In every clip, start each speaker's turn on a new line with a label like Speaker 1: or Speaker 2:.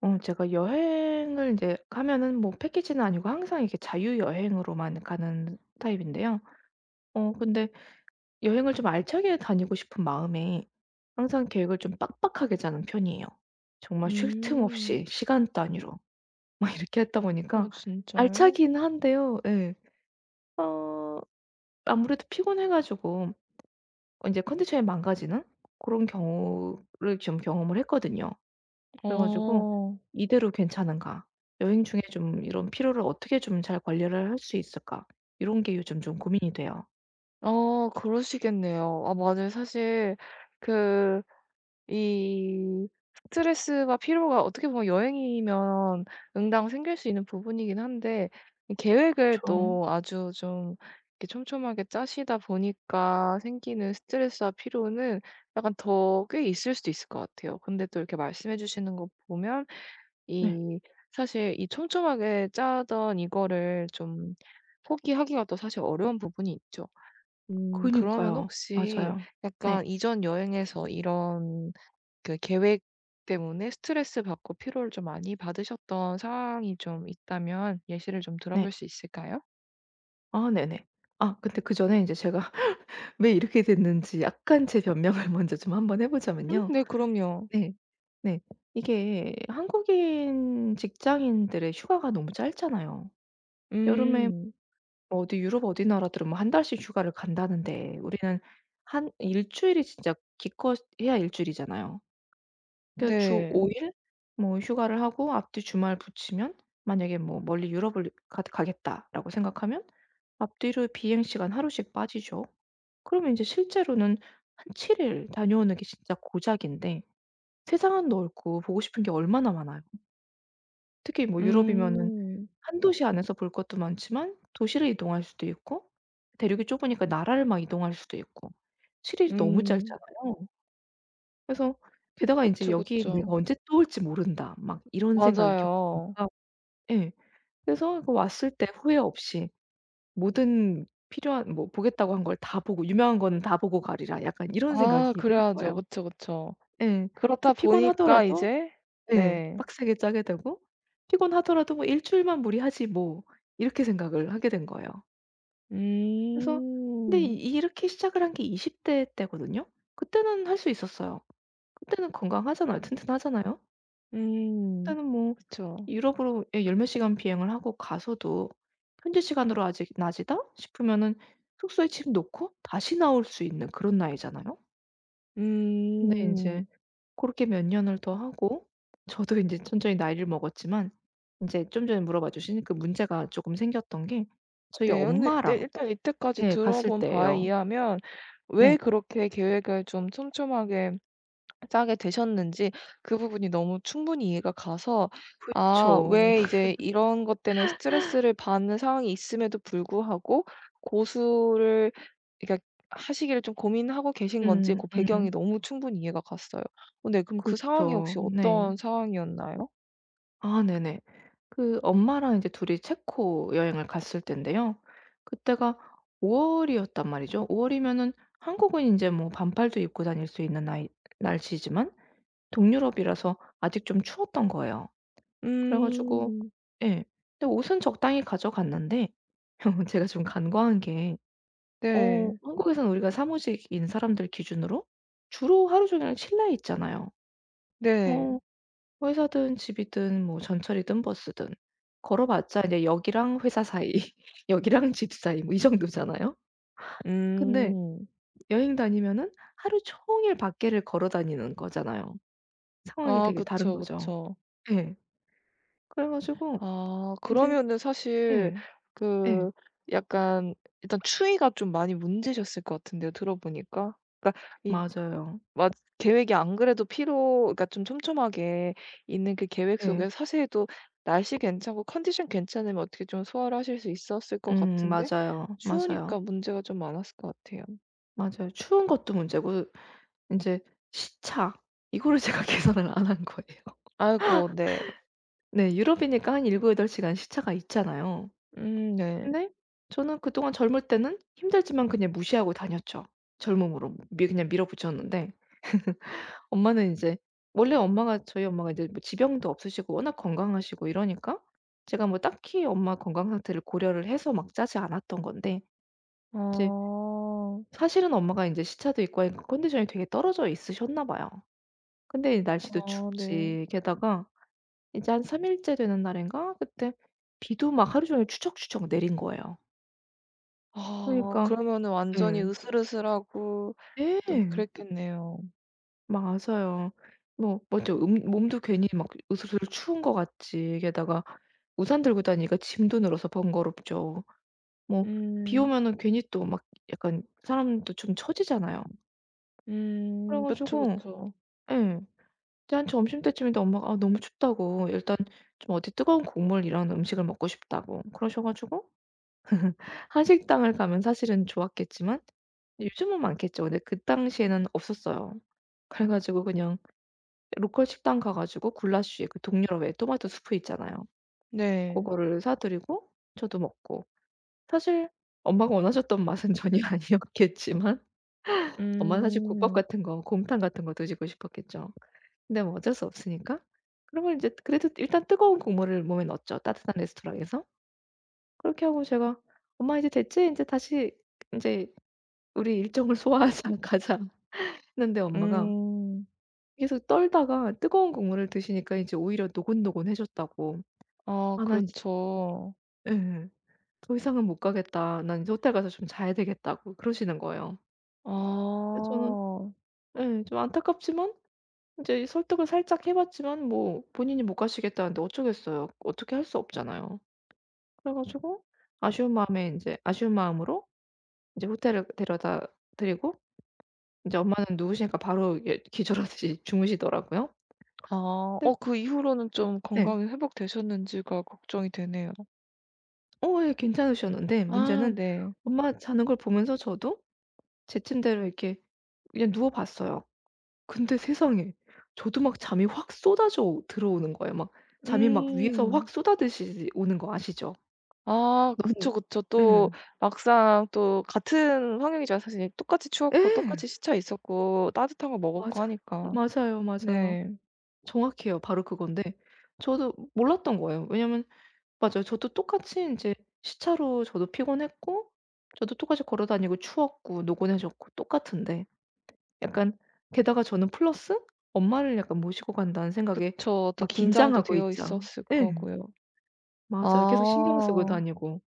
Speaker 1: 제가 여행을 이제 가면은 뭐 패키지는 아니고 항상 이렇게 자유여행으로만 가는 타입인데요. 근데 여행을 좀 알차게 다니고 싶은 마음에 항상 계획을 좀 빡빡하게 짜는 편이에요. 정말 쉴 틈
Speaker 2: 음.
Speaker 1: 없이 시간 단위로 막 이렇게 했다
Speaker 2: 어
Speaker 1: 보니까
Speaker 2: 진짜요?
Speaker 1: 알차긴 한데요. 예. 어 아무래도 피곤해 가지고 이제 컨디션이 망가지는 그런 경우를 좀 경험을 했거든요. 그래 가지고
Speaker 2: 어.
Speaker 1: '이대로 괜찮은가? 여행 중에 좀 이런 피로를 어떻게 좀 잘 관리를 할 수 있을까?' 이런 게 요즘 좀 고민이 돼요.
Speaker 2: 아 그러시겠네요. 아 맞아요. 사실 그 이 스트레스와 피로가 어떻게 보면 여행이면 응당 생길 수 있는 부분이긴 한데, 이 계획을
Speaker 1: 그쵸.
Speaker 2: 또 아주 좀 이렇게 촘촘하게 짜시다 보니까 생기는 스트레스와 피로는 약간 더 꽤 있을 수도 있을 것 같아요. 근데 또 이렇게 말씀해 주시는 거 보면
Speaker 1: 네.
Speaker 2: 이 사실 이 촘촘하게 짜던 이거를 좀 포기하기가 또 사실 어려운 부분이 있죠. 음, 그러면
Speaker 1: 그니까요.
Speaker 2: 혹시
Speaker 1: 맞아요. 네.
Speaker 2: 약간 이전 여행에서 이런 그 계획 때문에 스트레스 받고 피로를 좀 많이 받으셨던 상황이 좀 있다면 예시를 좀 들어볼
Speaker 1: 네.
Speaker 2: 수 있을까요?
Speaker 1: 아 네네. 아 근데 그전에 인제 제가 왜 이렇게 됐는지 약간 제 변명을 먼저 좀 한번 해
Speaker 2: 음,
Speaker 1: 보자면요.
Speaker 2: 네, 그럼요.
Speaker 1: 네. 네. 이게 한국인 직장인들의 휴가가 너무 짧잖아요. 여름에
Speaker 2: 음.
Speaker 1: 뭐 어디 유럽 어디 나라들은 뭐 한 달씩 휴가를 간다는데 우리는 한 일주일이 진짜 기껏해야 일주일이잖아요. 그래서 주 5
Speaker 2: 네.
Speaker 1: 일 뭐 휴가를 하고 앞뒤 주말 붙이면 만약에 뭐 멀리 유럽을 가 가겠다라고 생각하면 앞뒤로 비행 시간 하루씩 빠지죠. 그러면 이제 실제로는 한 7 일 다녀오는 게 진짜 고작인데 세상은 넓고 보고 싶은 게 얼마나 많아요. 특히 뭐 유럽이면은
Speaker 2: 음.
Speaker 1: 한 도시 안에서 볼 것도 많지만 도시를 이동할 수도 있고 대륙이 좁으니까 나라를 막 이동할 수도 있고 7 일이 너무
Speaker 2: 음.
Speaker 1: 짧잖아요. 그래서 게다가 인제
Speaker 2: 그쵸,
Speaker 1: '여기 내가
Speaker 2: 그쵸.
Speaker 1: 언제 또 올지 모른다.' 막 이런 생각이
Speaker 2: 맞아요.
Speaker 1: 겹치니까 예. 그래서 이거 왔을 때 후회 없이 모든 필요한 뭐 '보겠다고 한 걸 다 보고 유명한 거는 다 보고 가리라.' 약간 이런 생각이
Speaker 2: 아,
Speaker 1: 드는
Speaker 2: 그래야죠.
Speaker 1: 거예요.
Speaker 2: 그쵸, 그쵸.
Speaker 1: 예. 그
Speaker 2: 그렇다 보니까
Speaker 1: 피곤하더라도
Speaker 2: 이제
Speaker 1: 예
Speaker 2: 네.
Speaker 1: 빡세게 짜게 되고 피곤하더라도 뭐 '일주일만 무리하지 뭐.' 이렇게 생각을 하게 된 거예요. 그래서 근데
Speaker 2: 음.
Speaker 1: 이 이렇게 시작을 한 게 20대 때거든요. 그때는 할 수 있었어요. 그때는 건강하잖아요. 튼튼하잖아요.
Speaker 2: 음.
Speaker 1: 그때는 뭐
Speaker 2: 그쵸.
Speaker 1: 유럽으로 예 열 몇 시간 비행을 하고 가서도 현지 시간으로 아직 낮이다 싶으면은 숙소에 짐 놓고 다시 나올 수 있는 그런 나이잖아요. 근데 이제
Speaker 2: 음.
Speaker 1: 그렇게 몇 년을 더 하고 저도 이제 천천히 나이를 먹었지만 이제 좀 전에 물어봐 주신 그 문제가 조금 생겼던 게 저희
Speaker 2: 네. 근데 이때
Speaker 1: 엄마랑
Speaker 2: 일단 이때까지
Speaker 1: 예 갔을
Speaker 2: 들어본 바에
Speaker 1: 때예요.
Speaker 2: 의하면 왜
Speaker 1: 네.
Speaker 2: 그렇게 계획을 좀 촘촘하게 짜게 되셨는지 그 부분이 너무 충분히 이해가 가서, 아,
Speaker 1: 그쵸.
Speaker 2: 왜 이제 이런 것 때문에 스트레스를 받는 상황이 있음에도 불구하고 고수를, 그러니까 하시기를 좀 고민하고 계신 건지
Speaker 1: 음
Speaker 2: 그 배경이
Speaker 1: 음.
Speaker 2: 너무 충분히 이해가 갔어요. 어, 네. 그럼 그 상황이
Speaker 1: 그쵸.
Speaker 2: 혹시
Speaker 1: 네.
Speaker 2: 어떤 상황이었나요?
Speaker 1: 아 네네. 그 엄마랑 이제 둘이 체코 여행을 갔을 때인데요, 그때가 5 월이었단 말이죠. 5 월이면은 한국은 이제 뭐 반팔도 입고 다닐 수 있는 나이, 날씨지만 동유럽이라서 아직 좀 추웠던 거예요. 그래 가지고
Speaker 2: 음.
Speaker 1: 예. 근데 옷은 적당히 가져갔는데 제가 좀 간과한 게 어
Speaker 2: 네.
Speaker 1: 한국에선 우리가 사무직인 사람들 기준으로 주로 하루 종일 실내에 있잖아요.
Speaker 2: 네.
Speaker 1: 뭐 회사든 집이든 뭐 전철이든 버스든 걸어봤자 이제 역이랑 회사 사이, 역이랑 집 사이 뭐 이 정도잖아요. 근데
Speaker 2: 음.
Speaker 1: 여행 다니면은 하루 종일 밖에를 걸어 다니는 거잖아요. 상황이
Speaker 2: 아,
Speaker 1: 되게 다른
Speaker 2: 그쵸,
Speaker 1: 거죠.
Speaker 2: 그쵸.
Speaker 1: 예. 그래 가지고
Speaker 2: 아,
Speaker 1: 이제
Speaker 2: 그러면은 사실
Speaker 1: 예. 예.
Speaker 2: 그 약간 일단 추위가 좀 많이 문제셨을 것 같은데요, 들어 보니까. 그러니까 이
Speaker 1: 맞아요.
Speaker 2: 막 계획이, 안 그래도 피로, 그러니까 좀 촘촘하게 있는 그 계획
Speaker 1: 예.
Speaker 2: 속에 사실 또 날씨 괜찮고 컨디션 괜찮으면 어떻게 좀 소화를 하실 수 있었을 것 같은데
Speaker 1: 맞아요. 맞아요.
Speaker 2: 추우니까 문제가 좀 많았을 것 같아요.
Speaker 1: 맞아요. 추운 것도 문제고 이제 시차 이거를 제가 계산을 안 한 거예요.
Speaker 2: 아이고, 네.
Speaker 1: 네. 유럽이니까 한 일곱, 여덟 시간 시차가 있잖아요.
Speaker 2: 음, 네.
Speaker 1: 근데 저는 그동안 젊을 때는 힘들지만 그냥 무시하고 다녔죠. 젊음으로 미 그냥 밀어붙였는데 엄마는 이제 원래 엄마가 저희 엄마가 이제 뭐 지병도 없으시고 워낙 건강하시고 이러니까 제가 뭐 딱히 엄마 건강 상태를 고려를 해서 막 짜지 않았던 건데 이제
Speaker 2: 아.
Speaker 1: 사실은 엄마가 이제 시차도 있고 하니까 컨디션이 되게 떨어져 있으셨나 봐요. 근데 날씨도
Speaker 2: 아, 네.
Speaker 1: 춥지 게다가 이제 한 3 일째 되는 날인가 그때 비도 막 하루 종일 추적추적 내린 거예요.
Speaker 2: 아,
Speaker 1: 그러니까
Speaker 2: 그러면은 완전히
Speaker 1: 예.
Speaker 2: 으슬으슬하고 또
Speaker 1: 예.
Speaker 2: 그랬겠네요.
Speaker 1: 맞아요. 뭐 네. 맞죠. 몸도 괜히 막 으슬으슬 추운 것 같지. 게다가 우산 들고 다니니까 짐도 늘어서 번거롭죠. 뭐 비
Speaker 2: 음.
Speaker 1: 오면은 괜히 또 막 약간 사람도 좀 처지잖아요. 그래
Speaker 2: 음. 그쵸,
Speaker 1: 가지고
Speaker 2: 그쵸.
Speaker 1: 예. 이제 한 점심때쯤인데 엄마가 아 너무 춥다고 일단 좀 어디 뜨거운 국물 이런 음식을 먹고 싶다고 그러셔 가지고 한식당을 가면 사실은 좋았겠지만 요즘은 많겠죠. 근데 그 당시에는 없었어요. 그래 가지고 그냥 로컬 식당 가 가지고 굴라쉬에 그 동유럽 왜 토마토 수프 있잖아요.
Speaker 2: 네.
Speaker 1: 그거를 사 드리고 저도 먹고. 사실 엄마가 원하셨던 맛은 전혀 아니었겠지만 엄마는 사실 국밥
Speaker 2: 음.
Speaker 1: 같은 거 곰탕 같은 거 드시고 싶었겠죠. 근데 뭐 어쩔 수 없으니까. 그런 걸 이제 그래도 일단 뜨거운 국물을 몸에 넣었죠, 따뜻한 레스토랑에서. 그렇게 하고 제가 "엄마 이제 됐지? 이제 다시 이제 우리 일정을 소화하자. 가자." 했는데 엄마가
Speaker 2: 음.
Speaker 1: 계속 떨다가 뜨거운 국물을 드시니까 이제 오히려 노곤노곤해졌다고.
Speaker 2: 아,
Speaker 1: "아 난
Speaker 2: 그렇죠.
Speaker 1: 예. "더 이상은 못 가겠다. 난 이제 호텔 가서 좀 자야 되겠다."고 그러시는 거예요. 근데 저는
Speaker 2: 아.
Speaker 1: 예 좀 안타깝지만 인제 이 설득을 살짝 해 봤지만 뭐 본인이 못 가시겠다는데 어쩌겠어요. 어떻게 할 수 없잖아요. 그래 가지고 아쉬운 마음에 인제 아쉬운 마음으로 인제 호텔을 데려다 드리고 인제 엄마는 누우시니까 바로 이게 기절하듯이 주무시더라고요.
Speaker 2: 아. 어,
Speaker 1: 근데
Speaker 2: 그 이후로는 좀
Speaker 1: 예.
Speaker 2: 건강이 회복되셨는지가 걱정이 되네요.
Speaker 1: 어 예 괜찮으셨는데
Speaker 2: 아,
Speaker 1: 문제는
Speaker 2: 네.
Speaker 1: 엄마 자는 걸 보면서 저도 제 침대로 이렇게 그냥 누워 봤어요. 근데 세상에 저도 막 잠이 확 쏟아져 들어오는 거예요. 막 잠이 막 위에서
Speaker 2: 음.
Speaker 1: 확 쏟아듯이 오는 거 아시죠?
Speaker 2: 아,
Speaker 1: 너무
Speaker 2: 그쵸, 그쵸. 또
Speaker 1: 예.
Speaker 2: 막상 또 같은 환경이지만 사실 똑같이 추웠고
Speaker 1: 예.
Speaker 2: 똑같이 시차 있었고 따뜻한 거 먹었고
Speaker 1: 맞아요.
Speaker 2: 하니까.
Speaker 1: 맞아요, 맞아요.
Speaker 2: 네.
Speaker 1: 정확해요. 바로 그건데 저도 몰랐던 거예요. 왜냐면 맞아요. 저도 똑같이 인제 시차로 저도 피곤했고 저도 똑같이 걸어 다니고 추웠고 노곤해졌고 똑같은데 약간 게다가 저는 플러스 엄마를 약간 모시고 간다는 생각에
Speaker 2: 그쵸. 또
Speaker 1: 막
Speaker 2: 긴장도
Speaker 1: 긴장하고
Speaker 2: 되어
Speaker 1: 있죠.
Speaker 2: 있었을
Speaker 1: 예.
Speaker 2: 거고요.
Speaker 1: 맞아요. 계속 신경 쓰고
Speaker 2: 아.
Speaker 1: 다니고.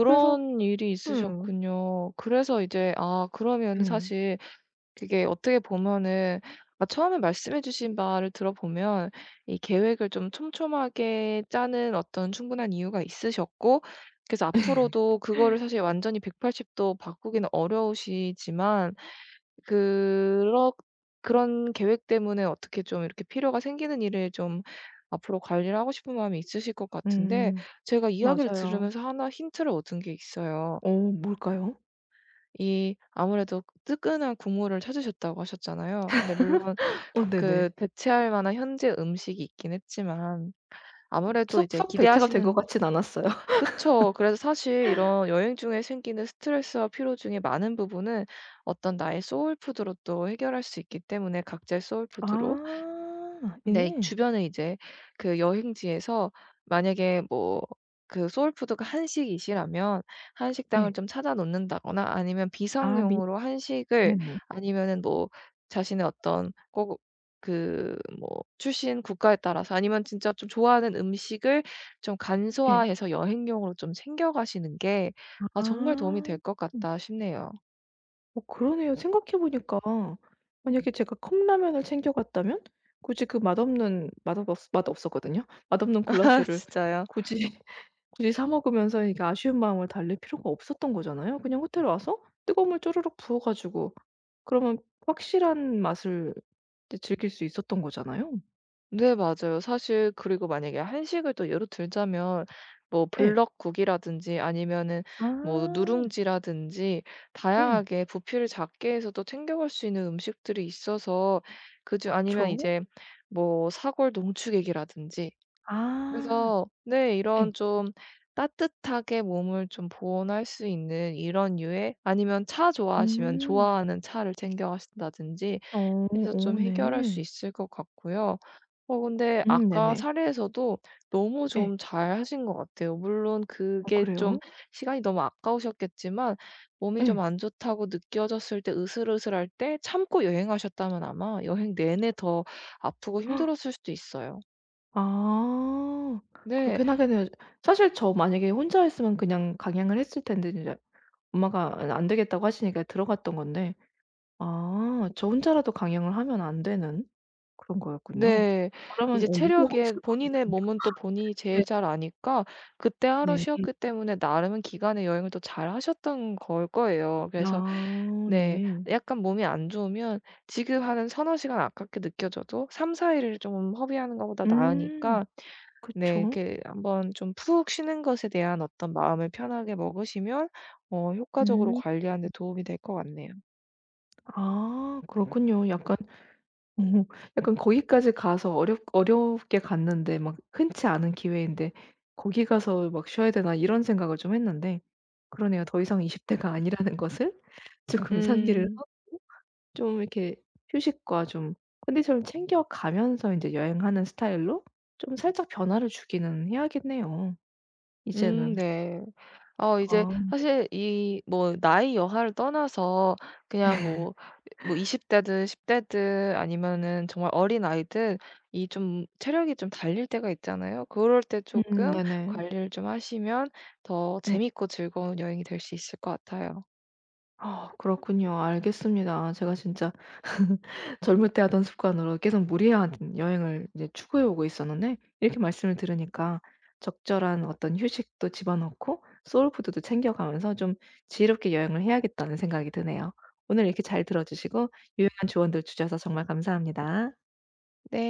Speaker 1: 그래서
Speaker 2: 일이
Speaker 1: 음.
Speaker 2: 있으셨군요. 그래서 이제, 아, 그러면
Speaker 1: 예.
Speaker 2: 사실 그게 어떻게 보면은, 아, 처음에 말씀해 주신 바를 들어보면 이 계획을 좀 촘촘하게 짜는 어떤 충분한 이유가 있으셨고, 그래서 앞으로도 그거를 사실 완전히 180도 바꾸기는 어려우시지만 그렇 그런 계획 때문에 어떻게 좀 이렇게 필요가 생기는 일을 좀 앞으로 관리를 하고 싶은 마음이 있으실 것 같은데,
Speaker 1: 음.
Speaker 2: 제가 이야기를
Speaker 1: 맞아요.
Speaker 2: 들으면서 하나 힌트를 얻은 게 있어요.
Speaker 1: 어 뭘까요?
Speaker 2: 이 아무래도 뜨끈한 국물을 찾으셨다고 하셨잖아요. 근데 물론 그
Speaker 1: 어 네네.
Speaker 2: 그 대체할 만한 현재 음식이 있긴 했지만 아무래도 이제
Speaker 1: 쏙쏙 대체가 된 것
Speaker 2: 기대하시는.
Speaker 1: 같진 않았어요.
Speaker 2: 그쵸. 그래서 사실 이런 여행 중에 생기는 스트레스와 피로 중에 많은 부분은 어떤 나의 소울푸드로 또 해결할 수 있기 때문에 각자의 소울푸드로.
Speaker 1: 아.
Speaker 2: 네.
Speaker 1: 예.
Speaker 2: 주변에 이제 그 여행지에서 만약에 뭐 그 소울푸드가 한식이시라면 한식당을
Speaker 1: 예.
Speaker 2: 좀 찾아 놓는다거나 아니면
Speaker 1: 아 미
Speaker 2: 비상용으로 한식을,
Speaker 1: 네네.
Speaker 2: 아니면은 뭐 자신의 어떤 꼭 그 뭐 출신 국가에 따라서 아니면 진짜 좀 좋아하는 음식을 좀
Speaker 1: 예.
Speaker 2: 간소화해서 여행용으로 좀 챙겨 가시는 게, 아, 정말 도움이
Speaker 1: 아.
Speaker 2: 될 것
Speaker 1: 음.
Speaker 2: 같다 싶네요.
Speaker 1: 어 그러네요. 생각해 보니까 만약에 제가 컵라면을 챙겨갔다면 굳이 그 맛없는 맛없었 맛없었거든요. 맛없는
Speaker 2: 아,
Speaker 1: 굴라쉐를
Speaker 2: 진짜요?
Speaker 1: 굳이 굳이 사 먹으면서 이게 아쉬운 마음을 달랠 필요가 없었던 거잖아요. 그냥 호텔 와서 뜨거운 물 쪼르륵 부어 가지고 그러면 확실한 맛을 이제 즐길 수 있었던 거잖아요.
Speaker 2: 네, 맞아요. 사실 그리고 만약에 한식을 또 예로 들자면 뭐
Speaker 1: 예.
Speaker 2: 블럭국이라든지 아니면은 뭐
Speaker 1: 아.
Speaker 2: 누룽지라든지
Speaker 1: 네.
Speaker 2: 다양하게 부피를 작게 해서 또 챙겨갈 수 있는 음식들이 있어서 그중, 아니면
Speaker 1: 그쵸.
Speaker 2: 이제 뭐 사골 농축액이라든지.
Speaker 1: 아.
Speaker 2: 그래서 네,
Speaker 1: 예.
Speaker 2: 이런 좀 따뜻하게 몸을 좀 보온할 수 있는 이런 류의, 아니면 차 좋아하시면
Speaker 1: 음.
Speaker 2: 좋아하는 차를 챙겨가신다든지
Speaker 1: 어.
Speaker 2: 해서
Speaker 1: 어
Speaker 2: 좀 해결할 수
Speaker 1: 네.
Speaker 2: 있을 것 같고요. 어, 근데 아까
Speaker 1: 네네.
Speaker 2: 사례에서도 너무
Speaker 1: 예.
Speaker 2: 좀 잘하신 것 같아요. 물론
Speaker 1: 어
Speaker 2: 그게 좀
Speaker 1: 그래요?
Speaker 2: 시간이 너무 아까우셨겠지만 몸이
Speaker 1: 예.
Speaker 2: 좀 안 좋다고 느껴졌을 때, 으슬으슬할 때 참고 여행하셨다면 아마 여행 내내 더 아프고 힘들었을 수도 있어요.
Speaker 1: 아.
Speaker 2: 네.
Speaker 1: 그렇긴 하겠네요. 사실 저 만약에 혼자 했으면 그냥 강행을 했을 텐데 이제 엄마가 안 되겠다고 하시니까 들어갔던 건데 아 저 혼자라도 강행을 하면 안 되는 그런 거였군요.
Speaker 2: 네.
Speaker 1: 그러면
Speaker 2: 이제
Speaker 1: 예 무시하고
Speaker 2: 체력에
Speaker 1: 있을
Speaker 2: 본인의
Speaker 1: 거거든요.
Speaker 2: 몸은 또 본인이
Speaker 1: 네.
Speaker 2: 제일 잘 아니까 그때 하루
Speaker 1: 네.
Speaker 2: 쉬었기 때문에 나름은 기간의 여행을 또 잘하셨던 걸 거예요. 그래서
Speaker 1: 아
Speaker 2: 네.
Speaker 1: 네.
Speaker 2: 약간 몸이 안 좋으면 지금 하는 서너 시간 아깝게 느껴져도 3-4 일을 좀 허비하는 것보다
Speaker 1: 음
Speaker 2: 나으니까 네,
Speaker 1: 그쵸.
Speaker 2: 이렇게 한번 좀 푹 쉬는 것에 대한 어떤 마음을 편하게 먹으시면 어, 효과적으로
Speaker 1: 음.
Speaker 2: 관리하는 데 도움이 될 것 같네요.
Speaker 1: 아 그렇군요. 약간 어 약간 거기까지 가서 어렵게 갔는데 막 흔치 않은 기회인데 '거기 가서 막 쉬어야 되나.' 이런 생각을 좀 했는데 그러네요. 더 이상 20 대가 아니라는 것을 조금 상기를
Speaker 2: 음.
Speaker 1: 하고 좀 이렇게 휴식과 좀 컨디션을 챙겨 가면서 인제 여행하는 스타일로 좀 살짝 변화를 주기는 해야겠네요,
Speaker 2: 음,
Speaker 1: 이제는.
Speaker 2: 네. 어, 이제
Speaker 1: 아.
Speaker 2: 사실 이 뭐 나이 여하를 떠나서 그냥 뭐 20 대든 10 대든 아니면은 정말 어린아이든 이 좀 체력이 좀 달릴 때가 있잖아요. 그럴 때 조금
Speaker 1: 네네.
Speaker 2: 관리를 좀 하시면 더
Speaker 1: 네.
Speaker 2: 재밌고 즐거운 여행이 될 수 있을 것 같아요.
Speaker 1: 아 그렇군요. 알겠습니다. 제가 진짜 젊을 때 하던 습관으로 계속 무리한 여행을 이제 추구해 오고 있었는데 이렇게 말씀을 들으니까 적절한 어떤 휴식도 집어넣고 소울 푸드도 챙겨 가면서 좀 지혜롭게 여행을 해야겠다는 생각이 드네요. 오늘 이렇게 잘 들어 주시고 유용한 조언들 주셔서 정말 감사합니다.
Speaker 2: 네.